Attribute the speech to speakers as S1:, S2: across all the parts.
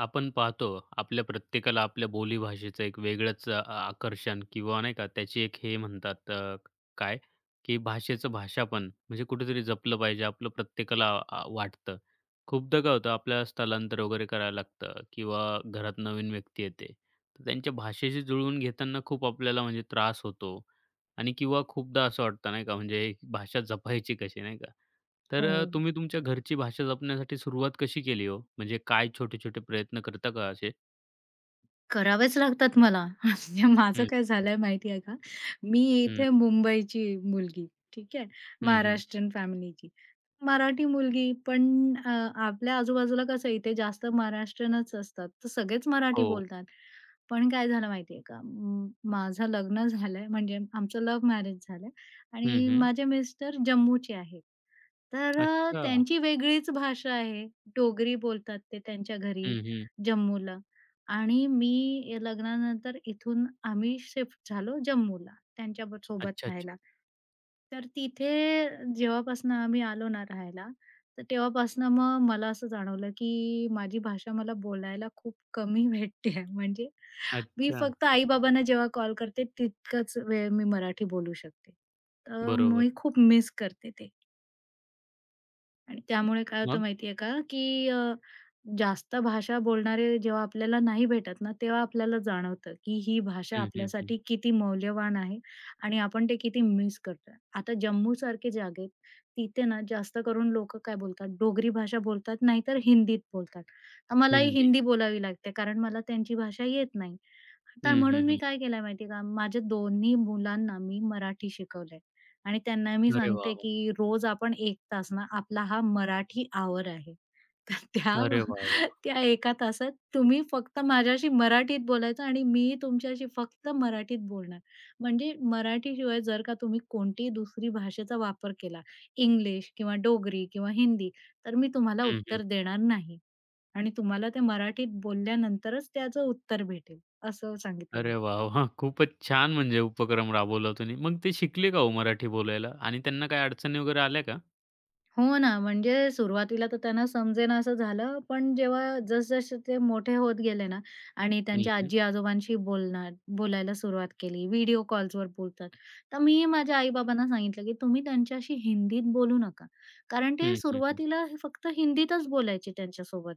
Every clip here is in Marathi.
S1: आपण पाहतो, आपल्या प्रत्येकाला आपल्या बोलीभाषेचं एक वेगळंच आकर्षण किंवा नाही का त्याची एक हे म्हणतात काय, की भाषेचं भाषापण म्हणजे कुठेतरी जपलं पाहिजे आपलं प्रत्येकाला वाटतं. खूपदा काय होतं आपल्याला स्थलांतर वगैरे करायला लागतं किंवा घरात नवीन व्यक्ती येते. तर त्यांच्या भाषेशी जुळवून घेताना खूप आपल्याला म्हणजे त्रास होतो आणि किंवा खूपदा असं वाटतं नाही का म्हणजे ही भाषा जपायची कशी नाही का? तर
S2: हो.
S1: तुम्ही तुमच्या घरची भाषा जपण्यासाठी सुरुवात कशी केली हो? म्हणजे काय छोटे-छोटे प्रयत्न करता का असे?
S2: करावेच लागतात मला. म्हणजे माझं
S1: हं,
S2: काय झालंय माहिती आहे का? मी
S1: हं,
S2: इथे मुंबईची मुलगी, ठीक आहे.
S1: हं, हं.
S2: महाराष्ट्रीयन फॅमिलीची. मराठी मुलगी पण अ, आपल्या आजूबाजूला कसं इथे जास्त महाराष्ट्रीयनच असतात. तर सगळेच मराठी
S1: हो.
S2: बोलतात. पण काय झालं माहिती आहे का? माझं लग्न झालंय म्हणजे आमचं लव्ह मॅरेज झालंय
S1: हं,
S2: आणि
S1: हं.
S2: माझे मिस्टर जम्मूचे आहेत. तर
S1: अच्छा.
S2: त्यांची वेगळीच भाषा आहे. डोगरी बोलतात ते त्यांच्या घरी,
S1: हं, हं.
S2: जम्मूला. आणि मी लग्नानंतर इथून आम्ही शिफ्ट झालो जम्मूला त्यांच्या सोबत
S1: अच्छा, अच्छा.
S2: राहायला. तर तिथे जेव्हापासनं आम्ही आलो ना राहायला, तर तेव्हापासनं मग मला असं जाणवलं की माझी भाषा मला बोलायला खूप कमी भेटते आहे. म्हणजे मी
S1: अच्छा.
S2: फक्त आई-बाबांना जेव्हा कॉल करते तितकाच वेळ मी मराठी बोलू शकते. तर
S1: बरोबर.
S2: मी खूप मिस करते ते आणि त्यामुळे काय होतं
S1: मग?
S2: माहिती का, की जास्त भाषा बोलणारे जेव्हा आपल्याला नाही भेटत ना, तेव्हा आपल्याला जाणवतं, की ही भाषा
S1: हं, हं, हं.
S2: आपल्यासाठी किती मौल्यवान आहे आणि आपण ते किती मिस करतोय. आता जम्मूसारख्या जागेत तिथे ना जास्त करून लोकं काय बोलतात, डोगरी भाषा बोलतात, नाहीतर हिंदीत बोलतात. तर मलाही
S1: हिंदी.
S2: हिंदी बोलावी लागते कारण मला त्यांची भाषा येत नाही. तर
S1: हं, हं,
S2: म्हणून मी
S1: हं.
S2: काय केलंय माहितीये का, माझ्या दोन्ही मुलांना मी मराठी शिकवलंय आणि त्यांना मी
S1: अरे वाह,
S2: सांगते,
S1: वाह!
S2: की रोज आपण 1 तास ना, आपला हा मराठी आवर आहे. तर त्या
S1: अरे वाह, वाह!
S2: त्या 1 तासात तुम्ही फक्त माझ्याशी मराठीत बोलायचं आणि मी तुमच्याशी फक्त मराठीत बोलणार. म्हणजे मराठीशिवाय जर का तुम्ही कोणतीही दुसरी भाषेचा वापर केला, इंग्लिश किंवा डोगरी किंवा हिंदी, तर मी तुम्हाला
S1: हं, हं.
S2: उत्तर देणार नाही आणि तुम्हाला ते मराठीत बोलल्यानंतरच त्याचं उत्तर भेटेल. असं सांगितलं.
S1: अरे वाह, वाह! खूपच छान म्हणजे उपक्रम राबवला तुम्ही. मग ते शिकले का हो मराठी बोलायला? आणि त्यांना काही अडचणी वगैरे आल्या का?
S2: हो ना, म्हणजे सुरुवातीला तर त्यांना समजेना असं झालं, पण जेव्हा जसजसे ते मोठे होत गेले ना आणि
S1: हं,
S2: त्यांच्या
S1: हं.
S2: आजी-आजोबांशी बोलायला सुरुवात केली, व्हिडिओ कॉल्सवर बोलतात. तर मी माझ्या आई-बाबांना सांगितलं, की तुम्ही त्यांच्याशी हिंदीत बोलू नका. कारण ते
S1: हं, हं, हं.
S2: सुरुवातीला हे फक्त हिंदीतच बोलायचे त्यांच्यासोबत.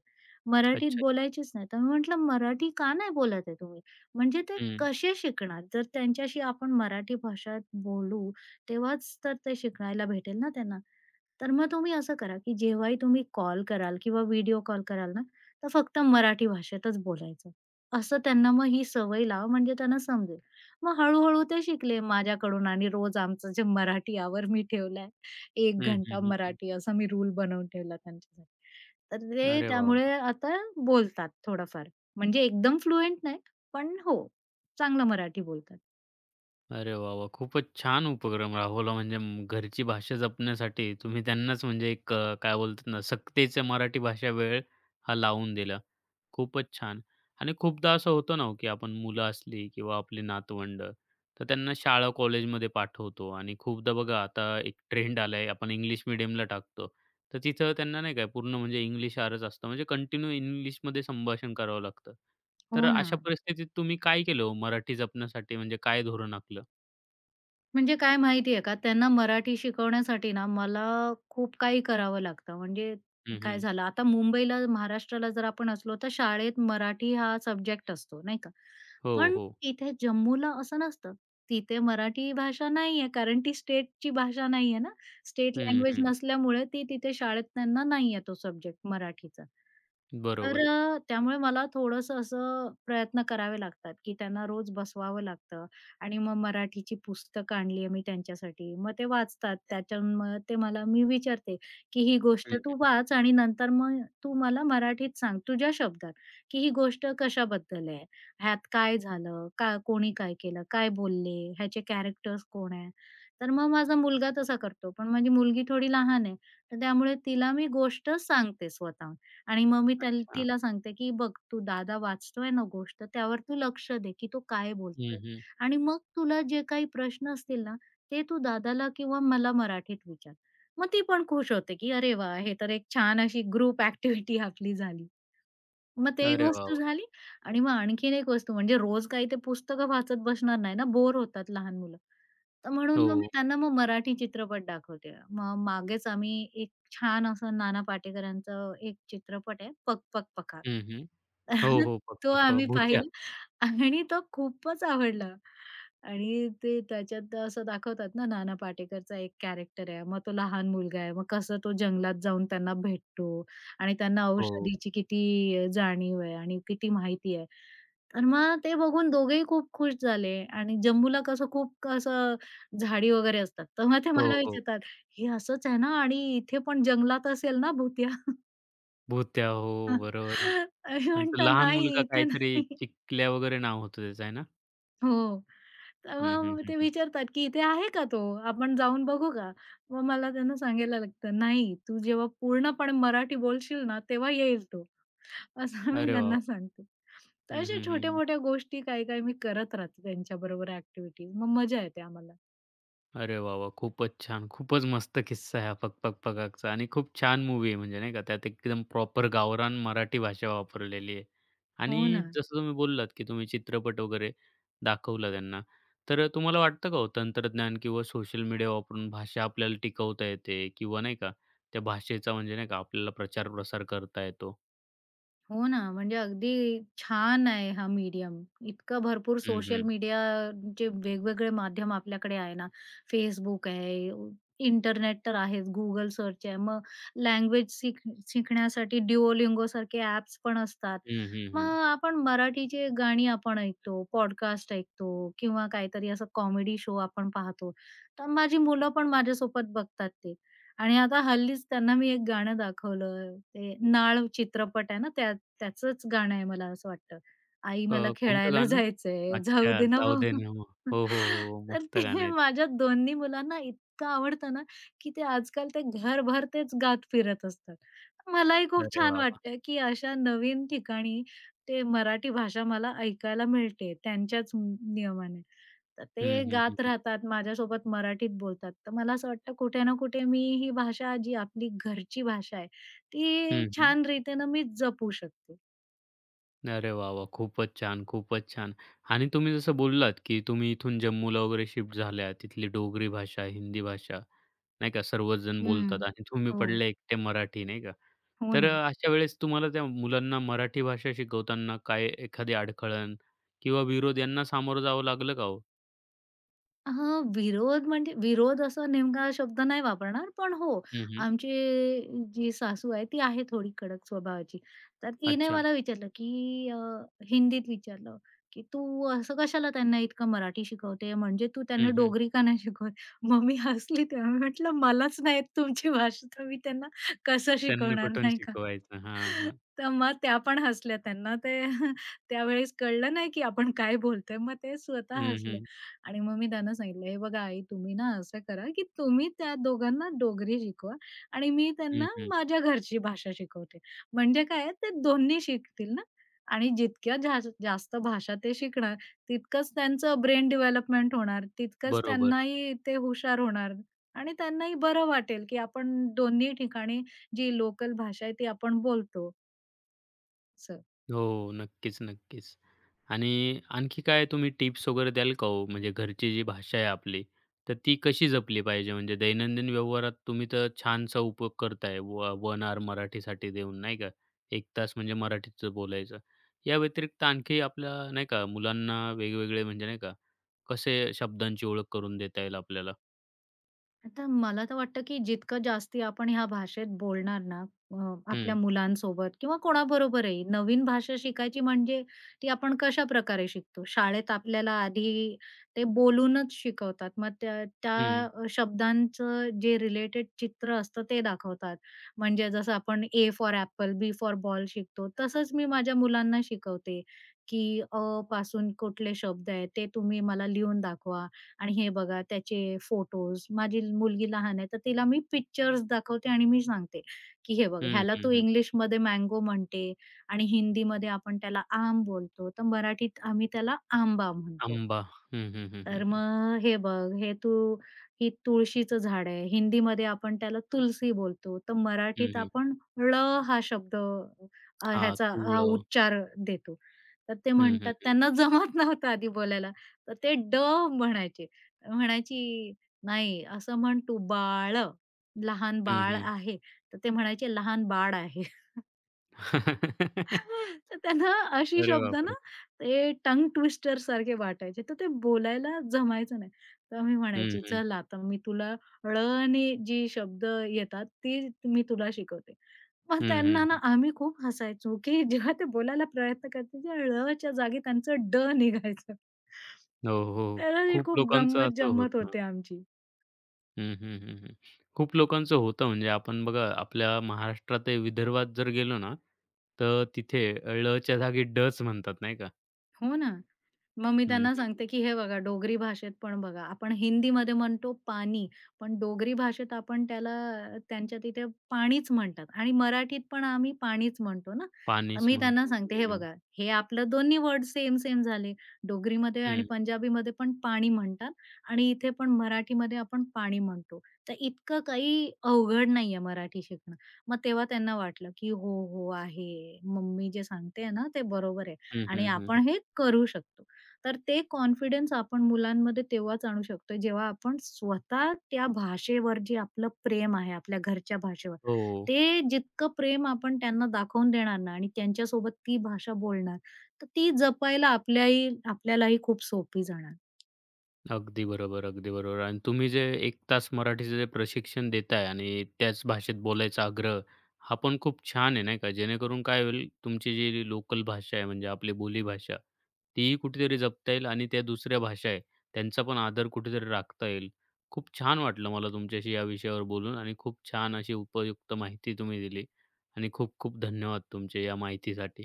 S2: मराठीत
S1: अच्छा.
S2: बोलायचीच नाही. तर मी म्हटलं, "मराठी का नाही बोलत आहे तुम्ही? म्हणजे ते
S1: हं.
S2: कसे शिकणार? जर त्यांच्याशी आपण मराठी भाषेत बोलू, तेव्हाच तर ते शिकायला भेटेल ना त्यांना." तर मग तुम्ही असं करा, की जेव्हाही तुम्ही कॉल कराल किंवा व्हिडिओ कॉल कराल ना, तर फक्त मराठी भाषेतच बोलायचं. असं त्यांना मग ही सवय लावा म्हणजे त्यांना समजेल. मग हळू-हळू ते शिकले माझ्याकडून आणि रोज आमचं जे मराठी आवर मी ठेवलाय, 1
S1: हं, हं,
S2: घंटा
S1: हं, हं.
S2: मराठी असा मी रूल बनवून ठेवला त्यांच्यासाठी. तर ते
S1: अरे वाह,
S2: त्यामुळे
S1: वाह!
S2: आता बोलतात थोडंफार. म्हणजे एकदम फ्लुएंट नाही, पण हो, चांगलं मराठी बोलतात.
S1: अरे वाह, वाह! खूपच छान उपक्रम राबवला म्हणजे घरची भाषा जपण्यासाठी तुम्ही त्यांनाच म्हणजे एक काय बोलतात ना, सक्तीचं मराठी भाषा वेळ हा लावून दिला. खूपच छान. आणि खूपदा असं होतं ना हो, की आपण मुलं असली किंवा आपली नातवंड, तर त्यांना शाळा कॉलेजमध्ये पाठवतो आणि खूपदा बघा आता एक ट्रेंड आलाय आपण इंग्लिश मीडियमला टाकतो. तर तिथं त्यांना नाही काय पूर्ण म्हणजे इंग्लिशआरच असतं म्हणजे कंटिन्यू इंग्लिशमध्ये संभाषण करावं लागतं. तर
S2: हो ना.
S1: अशा परिस्थितीत तुम्ही काय केलं हो मराठी जपण्यासाठी म्हणजे काय धोरण आखलं?
S2: म्हणजे काय माहितीये का, त्यांना मराठी शिकवण्यासाठी ना मला खूप काही करावं लागतं. म्हणजे
S1: हं,
S2: काय
S1: हं.
S2: झालं, आता मुंबईला, महाराष्ट्राला जर आपण असलो, तर शाळेत मराठी हा सब्जेक्ट असतो, नाही का?
S1: हो,
S2: पण
S1: हो.
S2: इथे जम्मूला असं नसतं. तिथे मराठी भाषा नाहीये, कारण ती स्टेटची भाषा नाहीये ना. स्टेट
S1: हं,
S2: लँग्वेज
S1: हं.
S2: नसल्यामुळे ती तिथे शाळेत त्यांना नाहीये तो सब्जेक्ट मराठीचा. तर
S1: बरोबर.
S2: त्यामुळे मला थोडंसं असं प्रयत्न करावे लागतात, की त्यांना रोज बसवावं लागतं आणि मग मराठीची पुस्तकं आणली आहे मी त्यांच्यासाठी. मग ते वाचतात. त्याच्यातून मग ते मला मी विचारते, की "ही गोष्ट
S1: हं,
S2: तू वाच आणि नंतर मग तू मला मराठीत सांग तुझ्या शब्दात, की ही गोष्ट कशाबद्दल आहे? ह्यात काय झालं? का कोणी काय केलं? काय बोलले? ह्याचे कॅरेक्टर्स कोण आहे?" तर मग माझा मुलगा तसा करतो. पण माझी मुलगी थोडी लहान आहे, तर त्यामुळे तिला मी गोष्ट सांगते स्वतःहून. आणि मग मी
S1: अच्छा.
S2: तिला सांगते, की "बघ तू दादा वाचतोय ना गोष्ट, त्यावर तू लक्ष दे, की तो काय
S1: हं,
S2: बोलतोय
S1: हं.
S2: आणि मग तुला जे काही प्रश्न असतील ना, ते तू दादाला किंवा मला मराठीत विचार." मग ती पण खुश होते, की "अरे वाह! हे तर एक छान अशी ग्रुप ॲक्टिव्हिटी आपली झाली." मग ते एक
S1: अरे वाह!
S2: वस्तू
S1: वाह!
S2: झाली आणि मग आणखीन एक वस्तू म्हणजे रोज काही ते पुस्तकं वाचत बसणार नाही ना, बोर होतात लहान मुलं. तर म्हणून मग मी
S1: हो.
S2: त्यांना मग मराठी चित्रपट दाखवते. मग मागेच आम्ही एक छान असं नाना पाटेकरांचं एक चित्रपट आहे, पक पक पका.
S1: हं, हं. हो, हो. प
S2: तो
S1: प प
S2: आम्ही
S1: भुत्या.
S2: पाहिला आणि तो खूपच आवडला. आणि ते त्याच्यात असं दाखवतात ना, नाना पाटेकरचा एक कॅरेक्टर आहे. मग तो लहान मुलगा आहे. मग कसं तो जंगलात जाऊन त्यांना भेटतो आणि त्यांना
S1: हो,
S2: औषधीची किती जाणीव आहे आणि किती माहिती आहे. तर मग ते बघून दोघेही खूप खुश झाले आणि जम्बूला कसं खूप असं झाडी वगैरे असतात. तर मग ते
S1: हो,
S2: मला
S1: हो.
S2: विचारतात, "हे असंच आहे ना आणि इथे पण जंगलात असेल ना भुतिया?"
S1: भुत्या. हो, बरोबर.
S2: मी
S1: आणि तो
S2: म्हटलं,
S1: लहान
S2: "नाही,
S1: मुलगा
S2: इथे
S1: काहीतरी
S2: नाही."
S1: चिकल्या वगैरे नाव होतं त्याचं आहे ना?
S2: हो.
S1: हं,
S2: तेव्हा
S1: हं,
S2: मग
S1: हं,
S2: ते
S1: हं.
S2: विचारतात, की "इथे आहे का तो? आपण जाऊन बघू का?" मग मला त्यांना सांगायला लागतं, "नाही, तू जेव्हा पूर्णपणे मराठी बोलशील ना, तेव्हा येईल तो." असं मी
S1: अरे वाह! वाह!
S2: त्यांना सांगते. तर
S1: हं,
S2: अशा
S1: हं, हं, हं.
S2: छोट्या-मोठ्या गोष्टी काही-काही मी करत राहते त्यांच्याबरोबर ॲक्टिव्हिटीज. मग मजा येते आम्हाला.
S1: अरे वाह, वाह! खूपच छान. खूपच मस्त किस्सा आहे हा पक-पक पगाकचा आणि खूप छान मूव्ही आहे म्हणजे नाही का, त्यात एकदम प्रॉपर गावरान मराठी भाषा वापरलेली आहे. आणि
S2: हो ना.
S1: जसं तुम्ही बोललात, की तुम्ही चित्रपट वगैरे दाखवला त्यांना. तर तुम्हाला वाटतं का हो तंत्रज्ञान किंवा सोशल मीडिया वापरून भाषा आपल्याला टिकवता येते किंवा नाही का, त्या भाषेचा म्हणजे नाही का आपल्याला प्रचार-प्रसार करता येतो?
S2: हो ना, म्हणजे अगदी छान आहे हा मीडियम. इतकं भरपूर
S1: हं,
S2: सोशल
S1: हं.
S2: मीडिया जे वेगवेगळे माध्यम आपल्याकडे आहे ना, Facebook आहे, इंटरनेट तर आहेच, Google सर्च आहे. मग लँग्वेज शिकण्यासाठी Duolingo सारखे ॲप्स पण असतात.
S1: हं, हं, हं.
S2: मग आपण मराठीची गाणी आपण ऐकतो, पॉडकास्ट ऐकतो किंवा काहीतरी असं कॉमेडी शो आपण पाहतो. तर माझी मुलं पण माझ्यासोबत बघतात ते. आणि आता हल्लीच त्यांना मी एक गाणं दाखवलं. ते नाळ चित्रपट आहे ना, त्या त्याचंच गाणं आहे मला असं वाटतं. "आई
S1: अ,
S2: मला
S1: कोणतं
S2: खेळायला
S1: गाणं?
S2: जायचंय,
S1: अच्छा,
S2: जाऊ दे ना
S1: जाऊ
S2: भाऊ."
S1: दे ना मग. हो, हो, हो.
S2: तर
S1: मस्त गाणं
S2: ते
S1: आहे.
S2: माझ्या दोन्ही मुलांना इतकं आवडतं ना, की ते आजकाल ते घरभर तेच गात फिरत असतात. मलाही खूप
S1: अरे
S2: छान
S1: वाह, वाह!
S2: वाटतं, की अशा नवीन ठिकाणी ते मराठी भाषा मला ऐकायला मिळते त्यांच्याच नियमाने. तर
S1: हं,
S2: ते
S1: हं,
S2: गात
S1: हं.
S2: राहतात, माझ्यासोबत मराठीत बोलतात. तर मला असं वाटतं कुठे ना कुठे मी ही भाषा जी आपली घरची भाषा आहे, ती
S1: हं, हं.
S2: छान रीतीनं मी जपू शकते.
S1: अरे वाह, वाह! खूपच छान, खूपच छान. आणि तुम्ही जसं बोललात, की तुम्ही इथून जम्मूला वगैरे शिफ्ट झाल्या. तिथली डोगरी भाषा, हिंदी भाषा नाही का सर्वच जण बोलतात
S2: हं.
S1: आणि तुम्ही
S2: हो.
S1: पडले एकटे मराठी नाही का.
S2: हो
S1: तर
S2: ना.
S1: अशा वेळेस तुम्हाला त्या मुलांना मराठी भाषा शिकवताना काय एखादी अडखळण किंवा विरोध यांना सामोरं जावं लागलं का हो?
S2: हां, विरोध म्हणजे विरोध असा नेमका शब्द नाही वापरणार, पण हो,
S1: हं, हं.
S2: आमची जी सासू आहे ती आहे थोडी कडक स्वभावाची. तर तिने
S1: अच्छा.
S2: मला विचारलं, की हिंदीत विचारलं, की "तू असं कशाला त्यांना इतकं मराठी शिकवते? म्हणजे तू
S1: हं,
S2: त्यांना
S1: हं.
S2: डोगरी का नाही शिकवत?" मग मी हसली तेव्हा मी म्हटलं, "मलाच नाही येत तुमची भाषा, तर मी त्यांना कसं
S1: त्यांना
S2: शिकवणार,
S1: कुठून
S2: नाही
S1: शिकवायचं? हां, हां.
S2: तर मग त्या पण हसल्या. त्यांना ते त्यावेळेस कळलं नाही की आपण काय बोलतोय. मग ते स्वतः
S1: हं,
S2: हसल्या
S1: हं.
S2: आणि मग मी त्यांना सांगितलं, "हे बघा आई, तुम्ही ना असं करा की तुम्ही त्या दोघांना डोगरी शिकवा आणि मी
S1: हं,
S2: त्यांना
S1: हं.
S2: माझ्या घरची भाषा शिकवते. म्हणजे काय ते दोन्ही शिकतील ना आणि जितक्या जास्त भाषा ते शिकणार, तितकंच त्यांचं ब्रेन डेव्हलपमेंट होणार, तितकंच
S1: बरोबर.
S2: त्यांनाही ते हुशार होणार आणि त्यांनाही बरं वाटेल की आपण दोन्ही ठिकाणी जी लोकल भाषा आहे ती आपण बोलतो." असं.
S1: हो, हो. नक्कीच, नक्कीच. आणि आणखी काय तुम्ही टिप्स वगैरे द्याल का हो? म्हणजे घरची जी भाषा आहे आपली, तर ती कशी जपली पाहिजे? म्हणजे दैनंदिन व्यवहारात तुम्ही तर छानसा उपयोग करताय. व 1 आवर मराठीसाठी देऊन, नाही का? 1 तास म्हणजे मराठीच बोलायचं. या व्यतिरिक्त आणखी आपल्या, नाही का, मुलांना वेगवेगळे म्हणजे, नाही का, कसे शब्दांची ओळख करून देता येईल आपल्याला?
S2: आता मला तर वाटतं, की जितकं जास्ती आपण ह्या भाषेत बोलणार ना, अ, आपल्या
S1: हं,
S2: मुलांसोबत किंवा कोणाबरोबरही नवीन भाषा शिकायची म्हणजे ती आपण कशा प्रकारे शिकतो? शाळेत आपल्याला आधी ते बोलूनच शिकवतात. मग त्या
S1: हं,
S2: त्या शब्दांचं जे रिलेटेड चित्र असतं ते दाखवतात. म्हणजे जसं आपण A for apple, B for ball शिकतो, तसंच मी माझ्या मुलांना शिकवते, की अ पासून कुठले शब्द आहेत ते तुम्ही मला लिहून दाखवा. आणि हे बघा त्याचे फोटोज. माझी मुलगी लहान आहे, तर तिला मी पिक्चर्स दाखवते आणि मी सांगते, की "हे बघ,
S1: हं,
S2: ह्याला
S1: हं,
S2: तू
S1: हं.
S2: इंग्लिशमध्ये मँगो म्हणते आणि हिंदीमध्ये आपण त्याला आम बोलतो, तर मराठीत आम्ही त्याला आंबा म्हणतो."
S1: आंबा. हं, हं, हं, हं,
S2: तर
S1: हं.
S2: मग हे बघ, हे तू ही तुळशीचं झाड आहे. हिंदीमध्ये आपण त्याला तुलसी बोलतो. तर
S1: हं,
S2: मराठीत
S1: हं.
S2: आपण ळ हा शब्द
S1: हां,
S2: ह्याचा हा
S1: तुळं.
S2: उच्चार देतो. तर ते
S1: हं,
S2: म्हणतात
S1: हं.
S2: त्यांना जमत नव्हतं आधी बोलायला. तर ते ड म्हणायचे. म्हणायची, "नाही, असं म्हण तू बाळ, लहान
S1: हं,
S2: बाळ
S1: हं.
S2: आहे." तर ते म्हणायचे, "लहान बाळ आहे." तर त्यांना अशी
S1: अरे
S2: शब्द ना
S1: बापरे!
S2: ते टंग ट्विस्टर सारखे वाटायचे, तर ते बोलायला जमायचं नाही. तर मी म्हणायची,
S1: हं,
S2: "चल आता मी तुला ळ आणि जी शब्द येतात ती मी तुला शिकवते." मग
S1: हं,
S2: त्यांना
S1: हं,
S2: ना
S1: हं.
S2: आम्ही खूप हसायचो, की जेव्हा ते बोलायला प्रयत्न करते, त्या ळच्या जागी त्यांचं ड निघायचं.
S1: हो, हो. हो.
S2: तर ही
S1: खूप
S2: खूप
S1: लोकांचं असं
S2: गंमत-जंमत
S1: होतं.
S2: होते आमची.
S1: हं, हं, हं, हं. खूप लोकांचं होतं म्हणजे आपण बघा आपल्या महाराष्ट्रात विदर्भात जर गेलो ना, तर तिथे ळ च्या जागी डच म्हणतात नाही का?
S2: हो ना. मग मी
S1: हं,
S2: त्यांना
S1: हं.
S2: सांगते, की हे बघा डोगरी भाषेत पण बघा, आपण हिंदीमध्ये म्हणतो पाणी, पण डोगरी भाषेत आपण त्याला त्यांच्या तिथे पाणीच म्हणतात आणि मराठीत पण आम्ही पाणीच म्हणतो ना. तर
S1: पाणीच
S2: मी त्यांना
S1: म्हणतो.
S2: सांगते, "हे
S1: हं,
S2: बघा, हे आपलं दोन्ही वर्ड सेम-सेम झाले. डोगरीमध्ये आणि
S1: हं,
S2: पंजाबीमध्ये पण पाणी म्हणतात आणि इथे पण मराठीमध्ये आपण पाणी म्हणतो. तर इतकं काही अवघड नाहीये मराठी शिकणं." मग तेव्हा त्यांना वाटलं, की "हो, हो, आहे. मम्मी जे सांगते ना, ते बरोबर आहे
S1: हं,
S2: आणि
S1: हं, हं, हं.
S2: आपण हे करू शकतो." तर ते कॉन्फिडन्स आपण मुलांमध्ये तेव्हाच आणू शकतो, जेव्हा आपण स्वतः त्या भाषेवर जे आपलं प्रेम आहे, आपल्या घरच्या भाषेवर,
S1: हो.
S2: ते जितकं प्रेम आपण त्यांना दाखवून देणार ना आणि त्यांच्यासोबत ती भाषा बोलणार, तर ती जपायला आपल्यालाही खूप सोपी जाणार.
S1: अगदी बरोबर, अगदी बरोबर आणि तुम्ही जे एक तास मराठीचं जे प्रशिक्षण देताय आणि त्याच भाषेत बोलायचा आग्रह, हा पण खूप छान आहे नाही का? जेणेकरून काय होईल तुमची जी लोकल भाषा आहे म्हणजे आपली बोलीभाषा तीही कुठेतरी जपता येईल आणि त्या दुसऱ्या भाषा आहे, त्यांचा पण आदर कुठेतरी राखता येईल. खूप छान वाटलं मला तुमच्याशी या विषयावर बोलून आणि खूप छान अशी उपयुक्त माहिती तुम्ही दिली आणि खूप खूप धन्यवाद तुमचे या माहितीसाठी.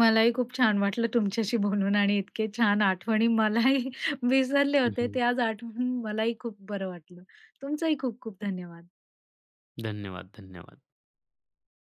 S2: मलाही खूप छान वाटलं तुमच्याशी बोलून आणि इतके छान आठवणी मलाही विसरले होते,
S1: हं,
S2: ते आज आठवून मलाही खूप बरं वाटलं. तुमचंही खूप खूप धन्यवाद.
S1: धन्यवाद, धन्यवाद.